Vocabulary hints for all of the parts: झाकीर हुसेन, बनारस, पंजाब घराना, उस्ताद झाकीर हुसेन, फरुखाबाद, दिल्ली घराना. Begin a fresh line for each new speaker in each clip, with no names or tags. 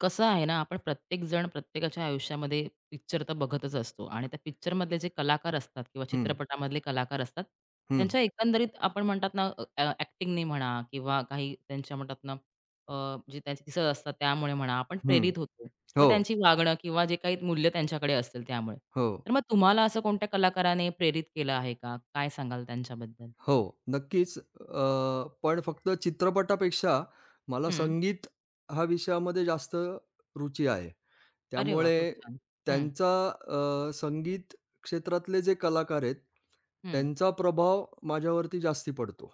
कसं आहे ना, आपण प्रत्येकजण प्रत्येकाच्या आयुष्यामध्ये पिक्चर तर बघतच असतो आणि त्या पिक्चरमधले जे कलाकार असतात किंवा
हं,
चित्रपटामधले कलाकार असतात,
हं,
त्यांच्या एकंदरीत आपण म्हणतात ना, अ, अ, ॲक्टिंगने म्हणा किंवा काही त्यांच्या म्हणतात ना, जे त्यांचे दिसत असतात त्यामुळे म्हणा, आपण
हं.
प्रेरित होतो व
हो,
त्यांची वागणं किंवा जे काही मूल्य त्यांच्याकडे असतील त्यामुळे.
हो,
तर मग तुम्हाला असं कोणत्या कलाकाराने प्रेरित केलं आहे का? काय सांगाल त्यांच्याबद्दल?
हो. नक्कीच. पण फक्त चित्रपटापेक्षा मला
हं.
संगीत हा विषयामध्ये जास्त रुची आहे.
अरे वाह!
त्यामुळे
खूप छान. हं,
त्यांचा संगीत क्षेत्रातले जे कलाकार आहेत,
हं.
त्यांचा प्रभाव माझ्यावरती जास्ती पडतो.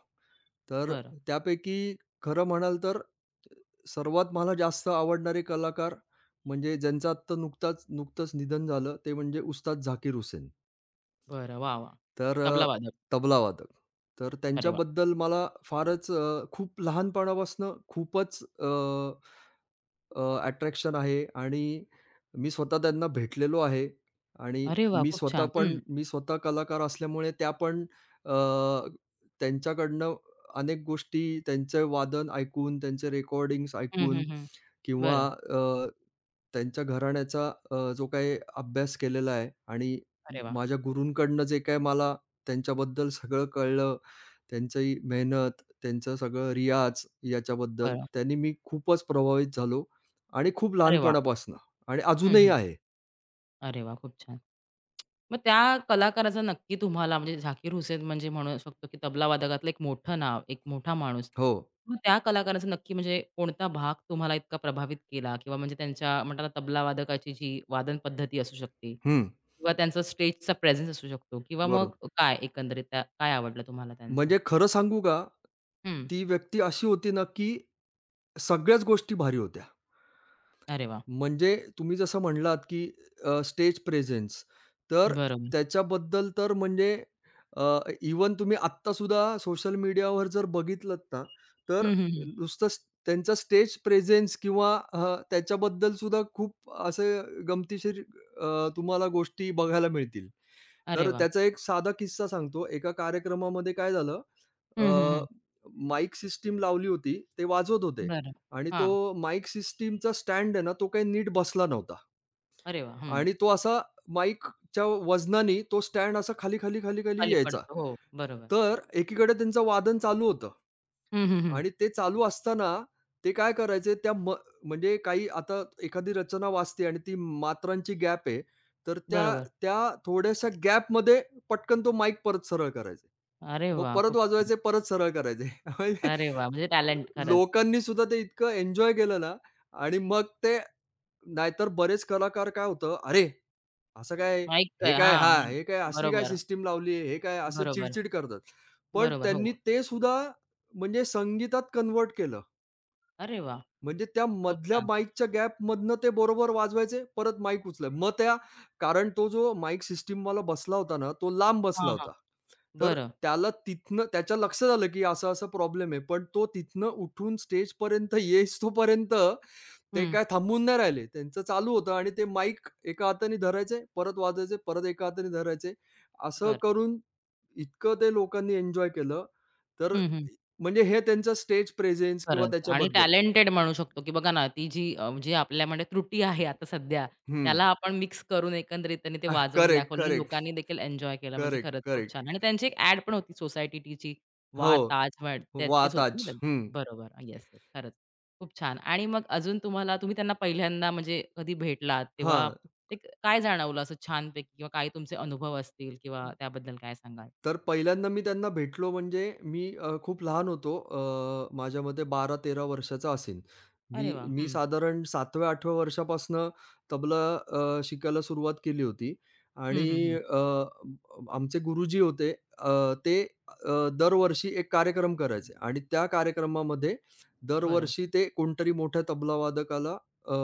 तर
बरं,
त्यापैकी खरं म्हणाल तर सर्वात मला जास्त आवडणारे कलाकार म्हणजे ज्यांचं आत्ता नुकतंच निधन झालं ते म्हणजे उस्ताद झाकीर हुसेन.
बरं. वाह, वाह!
तर अ,
तबलावादक.
तबलावादक. तर
अरे वाह!
त्यांच्याबद्दल मला फारच खूप लहानपणापासून खूपच अ, अ, अट्रॅक्शन आहे आणि मी स्वतः त्यांना भेटलेलो आहे आणि
अरे वाह! खूप छान. हं.
मी स्वतः कलाकार असल्यामुळे अ, त्यांच्याकडनं अनेक गोष्टी, त्यांचे वादन ऐकून, त्यांचे रेकॉर्डिंग्स
हं, हं,
ऐकून
हं.
किंवा
बरं.
त्यांच्या घराण्याचा जो काही अभ्यास केलेला आहे आणि
अरे वाह!
माझ्या गुरूंकडनं जे काही मला त्यांच्याबद्दल सगळं कळलं, त्यांची मेहनत, त्यांचं सगळं रियाज याच्याबद्दल
बरं.
त्यांनी मी खूपच प्रभावित झालो. आणि खूप
अरे वाह!
लहानपणापासून आणि
हं,
अजूनही
हं.
आहे.
अरे वाह! खूप छान. मग त्या कलाकाराचा नक्की तुम्हाला म्हणजे झाकीर हुसेन म्हणजे म्हणू शकतो, की तबला वादकातलं एक मोठं नाव, एक मोठा माणूस.
हो.
मग त्या कलाकाराचा नक्की म्हणजे कोणता भाग तुम्हाला इतका प्रभावित केला किंवा म्हणजे त्यांच्या म्हणतात ना, तबला वादकाची जी वादन पद्धती असू शकते
हं.
किंवा त्यांचा स्टेजचा प्रेझेन्स असू शकतो किंवा मग
बरोबर.
काय एकंदरीत त्या काय आवडलं तुम्हाला त्यांचं?
म्हणजे खरं सांगू का,
हं.
ती व्यक्ती अशी होती ना, की सगळ्याच गोष्टी भारी होत्या.
अरे वाह!
म्हणजे तुम्ही जसं म्हणलात, की स्टेज प्रेझेन्स तर
बरोबर.
त्याच्याबद्दल तर म्हणजे अ, इव्हन तुम्ही आत्तासुद्धा सोशल मीडियावर जर बघितलत ना, तर
हं, हं, हं.
नुसतं त्यांचा स्टेज प्रेझेन्स किंवा त्याच्याबद्दल सुद्धा खूप असे गमतीशीर तुम्हाला गोष्टी बघायला मिळतील.
अरे
तर
वाह!
त्याचा एक साधा किस्सा सांगतो. एका कार्यक्रमामध्ये काय झालं, अ,
हं, हं, हं.
माईक सिस्टम लावली होती. ते वाजवत होते
बरं.
आणि तो
हां.
माईक सिस्टमचा स्टँड आहे ना, तो काही नीट बसला नव्हता
अरे वाह! हं.
आणि तो असा माईकच्या वजनाने तो स्टँड असा खाली, खाली, खाली, खाली
खाली
यायचा.
पडतो. हो, बरोबर.
तर एकीकडे त्यांचं वादन चालू होतं
हं, हं, हं.
आणि ते चालू असताना ते काय करायचे त्या म म्हणजे काही आता एखादी रचना वाचते आणि ती मात्रांची गॅप आहे, तर त्या
बरोबर.
त्या थोड्याशा गॅपमध्ये पटकन तो माईक परत सरळ करायचे.
अरे
मग
वाह!
परत
खूप छान.
वाजवायचे, परत सरळ करायचे. म्हणजे
अरे वाह! म्हणजे टॅलेंट खरंच.
लोकांनी सुद्धा ते इतकं एन्जॉय केलं ना. आणि मग ते नाहीतर बरेच कलाकार काय होतं, "अरे, असं काय?
माईक
हे काय?
हां,
हां,
माईक.
हे काय? असली काय
बरोबर,
सिस्टम लावली हे काय?" असं
बरोबर,
चिड करतात. पण
बरोबर. हो.
त्यांनी ते सुद्धा म्हणजे संगीतात कन्व्हर्ट केलं.
अरे वाह!
म्हणजे त्या
खूप
मधल्या
छान.
माईकच्या गॅपमधनं ते बरोबर वाजवायचे, परत माईक उचलाय. मग त्या, कारण तो जो माईक सिस्टमवाला बसला होता ना, तो लांब
हां,
बसला
हां.
होता. तर
बरं.
त्याला तिथनं त्याच्या लक्षात आलं, की असा-असा प्रॉब्लेम आहे. पण तो तिथनं उठून स्टेजपर्यंत येईस्तोपर्यंत ते
हं.
काय थांबून नाही राहिले. त्यांचं चालू होतं आणि ते माईक एका हाताने धरायचे, परत वाजवायचे, परत एका हाताने धरायचे. असं
बरं.
करून इतकं ते लोकांनी एन्जॉय केलं. तर
हं, हं.
म्हणजे हे त्यांचं स्टेज प्रेझेन्स किंवा
खरंच आणि
त्याच्याबद्दल.
टॅलेंटेड म्हणू शकतो, की बघा ना, ती जी आपल्यामध्ये त्रुटी आहे आता सध्या,
हं.
त्याला आपण मिक्स करून एकंदरीतने ते
आह,
वाजवून
करेक्ट,
दाखवलं आणि
करेक्ट,
लोकांनी देखील एन्जॉय केलं. म्हणजे
करेक्ट,
खरंच खूप
करेक्ट.
छान आणि त्यांची एक ॲड पण होती सोसायटी टीची, वाह
हो,
ताज महल ते तेच होते
वाताज.
ना ते?
हं.
बरोबर. Yes, yes. खरंच. खूप छान आणि मग अजून तुम्हाला तुम्ही त्यांना पहिल्यांदा म्हणजे कधी भेटलात, तेव्हा
हां,
ते काय जाणवलं असं छानपैकी किंवा काही तुमचे अनुभव असतील किंवा त्याबद्दल काय सांगाल?
तर पहिल्यांदा मी त्यांना भेटलो म्हणजे मी खूप लहान होतो. माझ्या मते 12-13 वर्षाचा असेन.
अरे
मी
वाह!
मी
हं.
साधारण 7व्या-8व्या वर्षापासनं तबला शिकायला सुरुवात केली होती
हं, हं,
आणि
हं.
आमचे गुरुजी होते. अ, ते अ, दरवर्षी एक कार्यक्रम करायचे आणि त्या कार्यक्रमामध्ये
बरं.
दरवर्षी ते कोणतरी मोठ्या तबलावादकाला अ,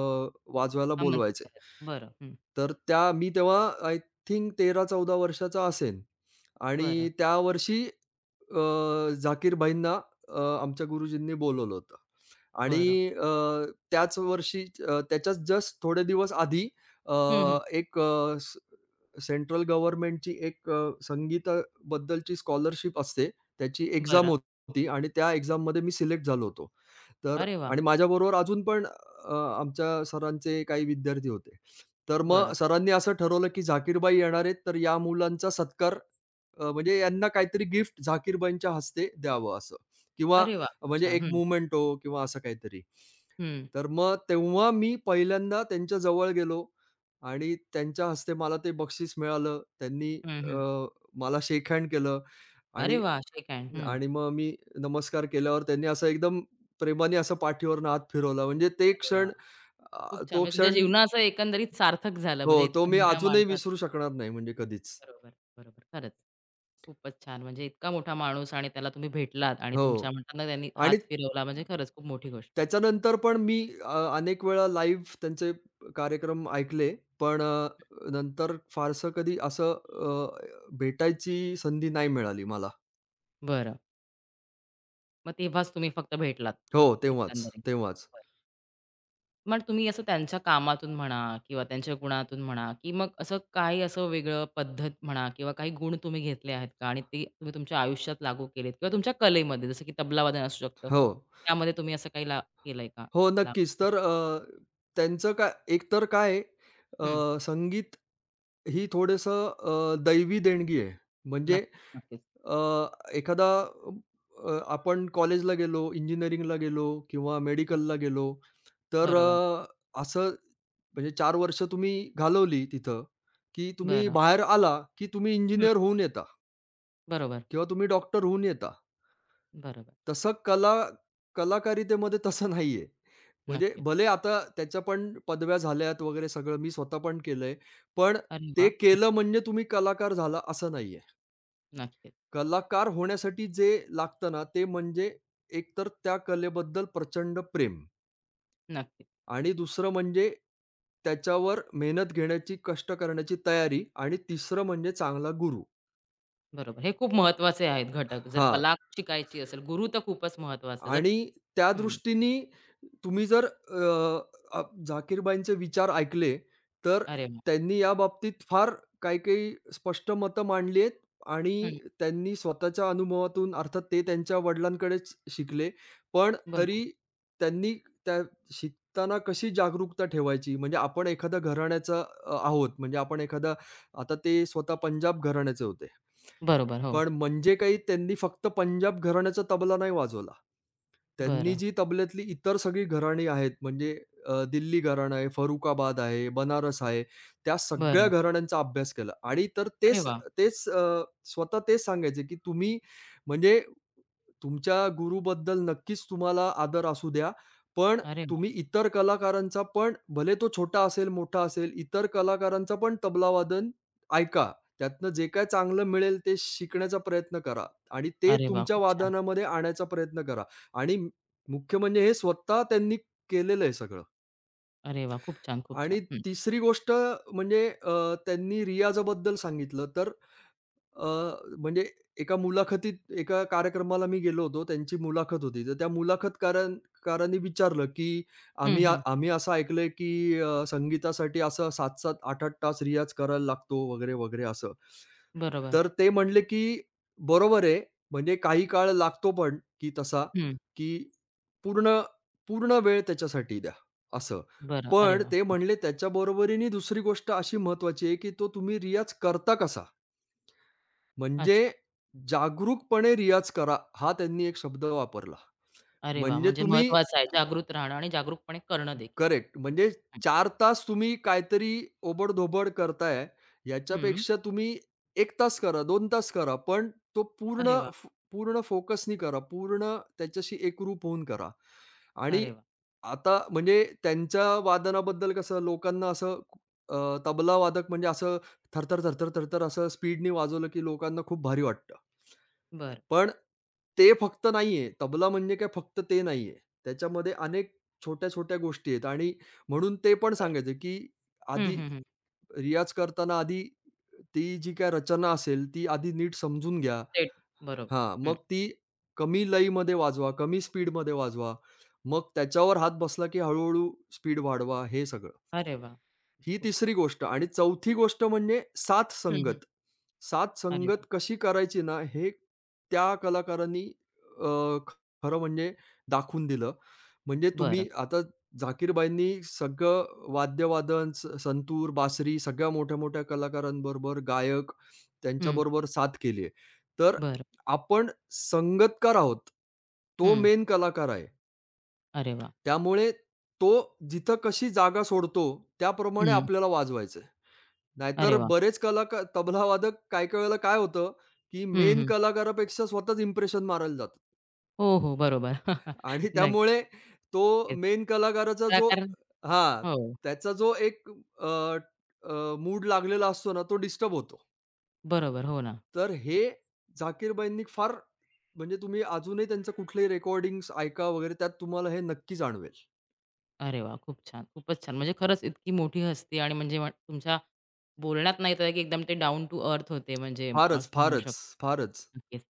वाजवायला
आमंत्रित
बोलवायचे.
करायचं. बरं. हं.
तर त्या मी तेव्हा आय थिंक तेरा 14 वर्षाचा असेन
बरं.
आणि त्या वर्षी झाकीर भाईंना आमच्या गुरुजींनी बोलवलं होतं आणि
बरं.
त्याच वर्षी त्याच्याच जस्ट थोडे दिवस आधी अ,
हं, हं.
एक सेंट्रल गव्हर्नमेंटची एक संगीताबद्दलची स्कॉलरशिप असते. त्याची एक्झाम
बरं.
होती आणि त्या एक्झाममध्ये मी सिलेक्ट झालो होतो. तर
अरे वाह!
आणि माझ्याबरोबर अजून पण आमच्या सरांचे काही विद्यार्थी होते. तर
बरं.
मग सरांनी असं ठरवलं, की झाकीरबाई येणार आहेत, तर या मुलांचा सत्कार, म्हणजे यांना काहीतरी गिफ्ट झाकीरबाईंच्या हस्ते द्यावं असं किंवा
अरे वाह! खूप
म्हणजे
छान.
एक
हं,
मोमेंटो किंवा असं काहीतरी.
हं.
तर मग तेव्हा मी पहिल्यांदा त्यांच्या जवळ गेलो. आणि त्यांच्या हस्ते मला ते बक्षीस मिळालं. त्यांनी
हं, हं.
अ, मला शेक हँड केलं
अरे
आणि
वाह! Shake hand. हं.
आणि मग मी नमस्कार केल्यावर त्यांनी असं एकदम प्रेमाने असं पाठीवरनं हात फिरवला. म्हणजे ते
अरे वाह!
क्षण,
खूप छान.
तो
म्हणजे तुमच्या
क्षण,
जीवनाचं एकंदरीत सार्थक झालं
हो,
म्हणजे
तो
इतक्या
मी
मोठ्या
अजूनही
माणसात
विसरू शकणार नाही म्हणजे कधीच.
बरोबर, बरोबर. खरंच. खूपच छान. म्हणजे इतका मोठा माणूस आणि त्याला तुम्ही भेटलात आणि
हो.
तुमच्या म्हणतात ना त्यांनी
आणि
हात फिरवला म्हणजे खरंच खूप मोठी गोष्ट आहे.
त्याच्यानंतर पण मी अनेक वेळा लाईव्ह त्यांचे कार्यक्रम ऐकले. पण नंतर फारसं कधी असं भेटायची संधी नाही मिळाली मला.
बरं. मग तेव्हाच तुम्ही फक्त भेटलात
हो, तेव्हाच,
एकंदरीत.
तेव्हाच.
मग तुम्ही असं त्यांच्या कामातून म्हणा किंवा त्यांच्या गुणातून म्हणा, की मग असं काही असं वेगळं पद्धत म्हणा किंवा काही गुण तुम्ही घेतले आहेत का? आणि ते तुम्ही तुमच्या आयुष्यात लागू केलेत किंवा तुमच्या कलेमध्ये जसं की तबलावादन असू शकतं.
हो.
त्यामध्ये तुम्ही असं काही ला केलंय का?
हो,
ला
नक्कीच. त्यांचं काय एकतर काय आहे,
हं.
संगीत ही थोडंसं दैवी देणगी आहे. म्हणजे
नक्कीच, नक्कीच.
अ, एखादा आपण कॉलेजला गेलो, इंजिनिअरिंगला गेलो किंवा
हं.
मेडिकलला गेलो, तर
बरोबर.
असं म्हणजे 4 वर्ष तुम्ही घालवली तिथं, की तुम्ही
बरं.
बाहेर आला, की तुम्ही
हं.
इंजिनिअर होऊन येता
बरोबर,
किंवा तुम्ही डॉक्टर होऊन येता.
बरोबर.
तसं कलाकारितेमध्ये तसं नाहीये. म्हणजे
नक्कीच.
भले आता त्याच्या पण पदव्या झाल्यात वगैरे सगळं मी स्वतः पण केलंय. पण
अरे
ते
वाह! हं.
केलं म्हणजे तुम्ही कलाकार झाला असं नाहीये.
नक्कीच,
कलाकार होण्यासाठी जे लागतं ना, ते म्हणजे एकतर त्या कलेबद्दल प्रचंड प्रेम
नक्कीच.
आणि दुसरं म्हणजे त्याच्यावर मेहनत घेण्याची, कष्ट करण्याची तयारी आणि तिसरं म्हणजे चांगला गुरु.
बरोबर. हे खूप महत्त्वाचे आहेत घटक. जर
हां.
कला शिकायची असेल, गुरु तर खूपच महत्त्वाचं. जर
आणि त्या
हं.
दृष्टीने तुम्ही जर अ, अ, झाकीरबाईंचे विचार ऐकले, तर
अरे वाह!
त्यांनी याबाबतीत फार काही-काही स्पष्ट मतं मांडली आहेत
हं.
आणि त्यांनी स्वतःच्या अनुभवातून अर्थात ते त्यांच्या वडिलांकडेच शिकले. पण तरी
बरं.
त्यांनी त्या शिकताना कशी जागरूकता ठेवायची, म्हणजे आपण एखाद्या घराण्याचा आहोत म्हणजे आपण एखादा, आता ते स्वतः पंजाब घराण्याचे होते.
बरोबर, हो.
पण म्हणजे काही त्यांनी फक्त पंजाब घराण्याचा तबला नाही वाजवला. त्यांनी
बरं,
जी तबल्यातली इतर सगळी घराणी आहेत म्हणजे दिल्ली घराणं आहे, फरुखाबाद आहे, बनारस आहे. त्या सगळ्या
बरं.
घराण्यांचा अभ्यास केला आणि तर
अरे
तेच
वाह!
तेच स्वतः तेच सांगायचे, की तुम्ही म्हणजे तुमच्या गुरुबद्दल नक्कीच तुम्हाला आदर असू द्या, पण
अरे वाह!
तुम्ही इतर कलाकारांचा पण भले तो छोटा असेल, मोठा असेल, इतर कलाकारांचा पण तबलावादन ऐका. त्यातनं जे काय चांगलं मिळेल ते शिकण्याचा प्रयत्न करा आणि ते
अरे वाह!
तुमच्या
खूप छान.
वादनामध्ये आणायचा प्रयत्न करा आणि मुख्य म्हणजे हे स्वतः त्यांनी केलेलं आहे सगळं.
अरे वाह! खूप छान, खूप
आणि
छान. हं,
तिसरी गोष्ट म्हणजे त्यांनी रियाजाबद्दल सांगितलं तर, अ, म्हणजे एका मुलाखतीत एका कार्यक्रमाला मी गेलो होतो. त्यांची मुलाखत होती. तर त्या कारांनी विचारलं, की
हं,
"आम्ही
हं.
आम्ही असं ऐकलंय, की संगीतासाठी असं 7-7, 8-8 तास रियाज करायला लागतो वगैरे, वगैरे असं."
बरोबर.
तर ते म्हणले, की "बरोबर आहे. म्हणजे काही काळ लागतो पण की तसा,
हं,
की पूर्ण पूर्ण वेळ त्याच्यासाठी द्या." असं.
बरं. अरे
पण
वाह!
ते
हं.
म्हणले त्याच्या बरोबरीने दुसरी गोष्ट अशी महत्त्वाची आहे, की तो तुम्ही रियाज करता कसा? म्हणजे
अच्छा.
जागरूकपणे रियाज करा, हा त्यांनी एक शब्द वापरला.
अरे वाह!
म्हणजे
म्हणजे
तुम्ही
महत्वाचं आहे जागृत राहणं आणि जागरूकपणे करणं देखील.
करेक्ट. म्हणजे
हं,
4 तास तुम्ही काहीतरी ओबड-धोबड करताय,
हं.
याच्यापेक्षा तुम्ही 1 तास करा, 2 तास करा, पण तो
अरे वाह!
पूर्ण फोकसनी करा, पूर्ण त्याच्याशी एकरूप होऊन करा. आणि
अरे वाह!
आता म्हणजे त्यांच्या वादनाबद्दल कसं लोकांना असं तबला वादक म्हणजे असं थरथर, थरथर, थरथर असं स्पीडनी वाजवलं, की लोकांना खूप भारी वाटतं.
बरं,
पण ते फक्त नाहीये. तबला म्हणजे काय फक्त ते नाहीये. त्याच्यामध्ये अनेक छोट्या-छोट्या गोष्टी आहेत आणि म्हणून ते पण
बरं.
सांगायचं की
हं,
आधी
हं, हं.
रियाज करताना आधी ती जी काही रचना असेल, ती आधी नीट समजून घ्या.
थेट बरोबर.
हां,
हं.
मग ती कमी लयमध्ये वाजवा, कमी स्पीडमध्ये वाजवा. मग त्याच्यावर हात बसला की हळू स्पीड वाढवा, हे सगळं.
अरे वाह!
ही
खूप
तिसरी गोष्ट आणि चौथी गोष्ट म्हणजे साथ
हं, हं.
संगत. साथ
अरे वाह!
संगत कशी करायची ना, हे त्या कलाकारांनी अ, खरं म्हणजे दाखवून दिलं. म्हणजे
बरं.
तुम्ही आता झाकीरबाईंनी सगळं वाद्यवादन, संतूर, बासरी सगळ्या मोठ्या-मोठ्या कलाकारांबरोबर, गायक
हं,
त्यांच्याबरोबर साथ केली आहे. तर
बरं.
आपण संगीतकार आहोत. तो
हं.
मेन कलाकार आहे.
अरे वाह!
त्यामुळे तो जिथं कशी जागा सोडतो, त्याप्रमाणे
हं.
आपल्याला वाजवायचं.
अरे
नाहीतर
वाह!
बरेच कलाकार तबलावादक काही-काही वेळेला काय होतं, की
हं,
मेन
हं.
कलाकारापेक्षा स्वतःच इम्प्रेशन मारायला जातात
हो, हो. बरोबर.
आणि
नक्कीच.
त्यामुळे तो मेन कलाकाराचा जो
कारण
हां,
हो.
त्याचा जो एक मूड लागलेला असतो ना, तो डिस्टर्ब होतो.
बरोबर. हो ना.
तर हे झाकीरबाईंनी फार, म्हणजे तुम्ही अजूनही त्यांचं कुठलंही रेकॉर्डिंग्स ऐका वगैरे त्यात तुम्हाला हे नक्की जाणवेल.
अरे वा, खूप छान, खूपच छान. म्हणजे खरंच इतकी मोठी हस्ती आणि म्हणजे वाट तुमच्या बोलण्यात नाही तर की एकदम ते डाउन टू अर्थ होते म्हणजे
फारच,
असं म्हणू हं.
फारच,
शकतो.
फारच.
नक्कीच.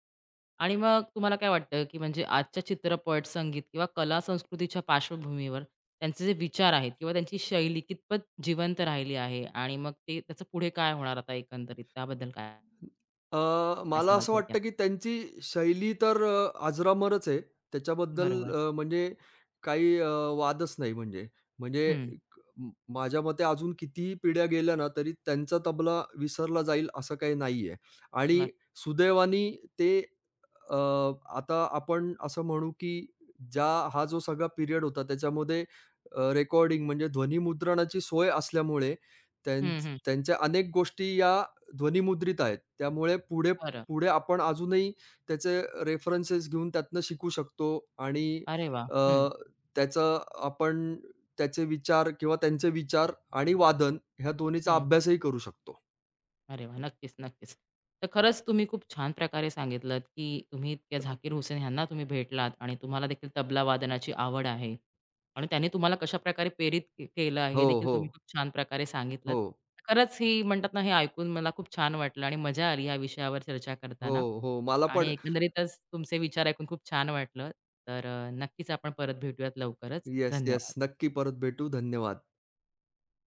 आणि मग तुम्हाला काय वाटतं, की म्हणजे आजच्या चित्रपट, संगीत किंवा कला संस्कृतीच्या पार्श्वभूमीवर त्यांचे जे विचार आहेत किंवा त्यांची शैली कितपत जिवंत राहिली आहे आणि मग ते त्याचं पुढे काय होणार आता एकंदरीत त्याबद्दल काय काय
मला
सांगाल
असं
थोडक्यात?
वाटतं, की त्यांची शैली तर अजरामरच आहे. त्याच्याबद्दल
बरोबर.
म्हणजे काही वादच नाही म्हणजे. म्हणजे
हं.
क म माझ्या मते अजून कितीही पिढ्या गेल्या ना, तरी त्यांचा तबला विसरला जाईल असं काही नाहीये. आणि
नक्की.
सुदैवाने ते अ, आता आपण असं म्हणू, की ज्या हा जो सगळा पिरियड होता त्याच्यामध्ये रेकॉर्डिंग म्हणजे ध्वनिमुद्रणाची सोय असल्यामुळे त्यां
हं, हं.
त्यांच्या अनेक गोष्टी या ध्वनिमुद्रित आहेत. त्यामुळे पुढे
बरं.
पुढे आपण अजूनही त्याचे रेफरन्सेस घेऊन त्यातनं शिकू शकतो आणि
अरे वाह!
अ,
हं,
त्याचं आपण त्याचे विचार किंवा त्यांचे विचार आणि वादन ह्या दोन्हीचा
हं.
अभ्यासही करू शकतो.
अरे वाह! नक्कीच, नक्कीच. तर खरंच तुम्ही खूप छान प्रकारे सांगितलत, की तुम्ही त्या झाकीर हुसेन ह्यांना तुम्ही भेटलात आणि तुम्हाला देखील तबला वादनाची आवड आहे आणि त्यांनी तुम्हाला कशाप्रकारे प्रेरित केलं आहे, हे
हो,
देखील
हो.
तुम्ही खूप छान प्रकारे सांगितलत.
हो.
खरंच ही म्हणतात ना, हे ऐकून मला खूप छान वाटलं आणि मजा आली या विषयावर चर्चा करताना
हो, हो. मला
आणि
पण
एकंदरीतच तुमचे विचार ऐकून खूप छान वाटलं. तर नक्कीच आपण परत भेटूयात लवकरच.
Yes, yes.
धन्यवाद.
नक्की परत भेटू. धन्यवाद.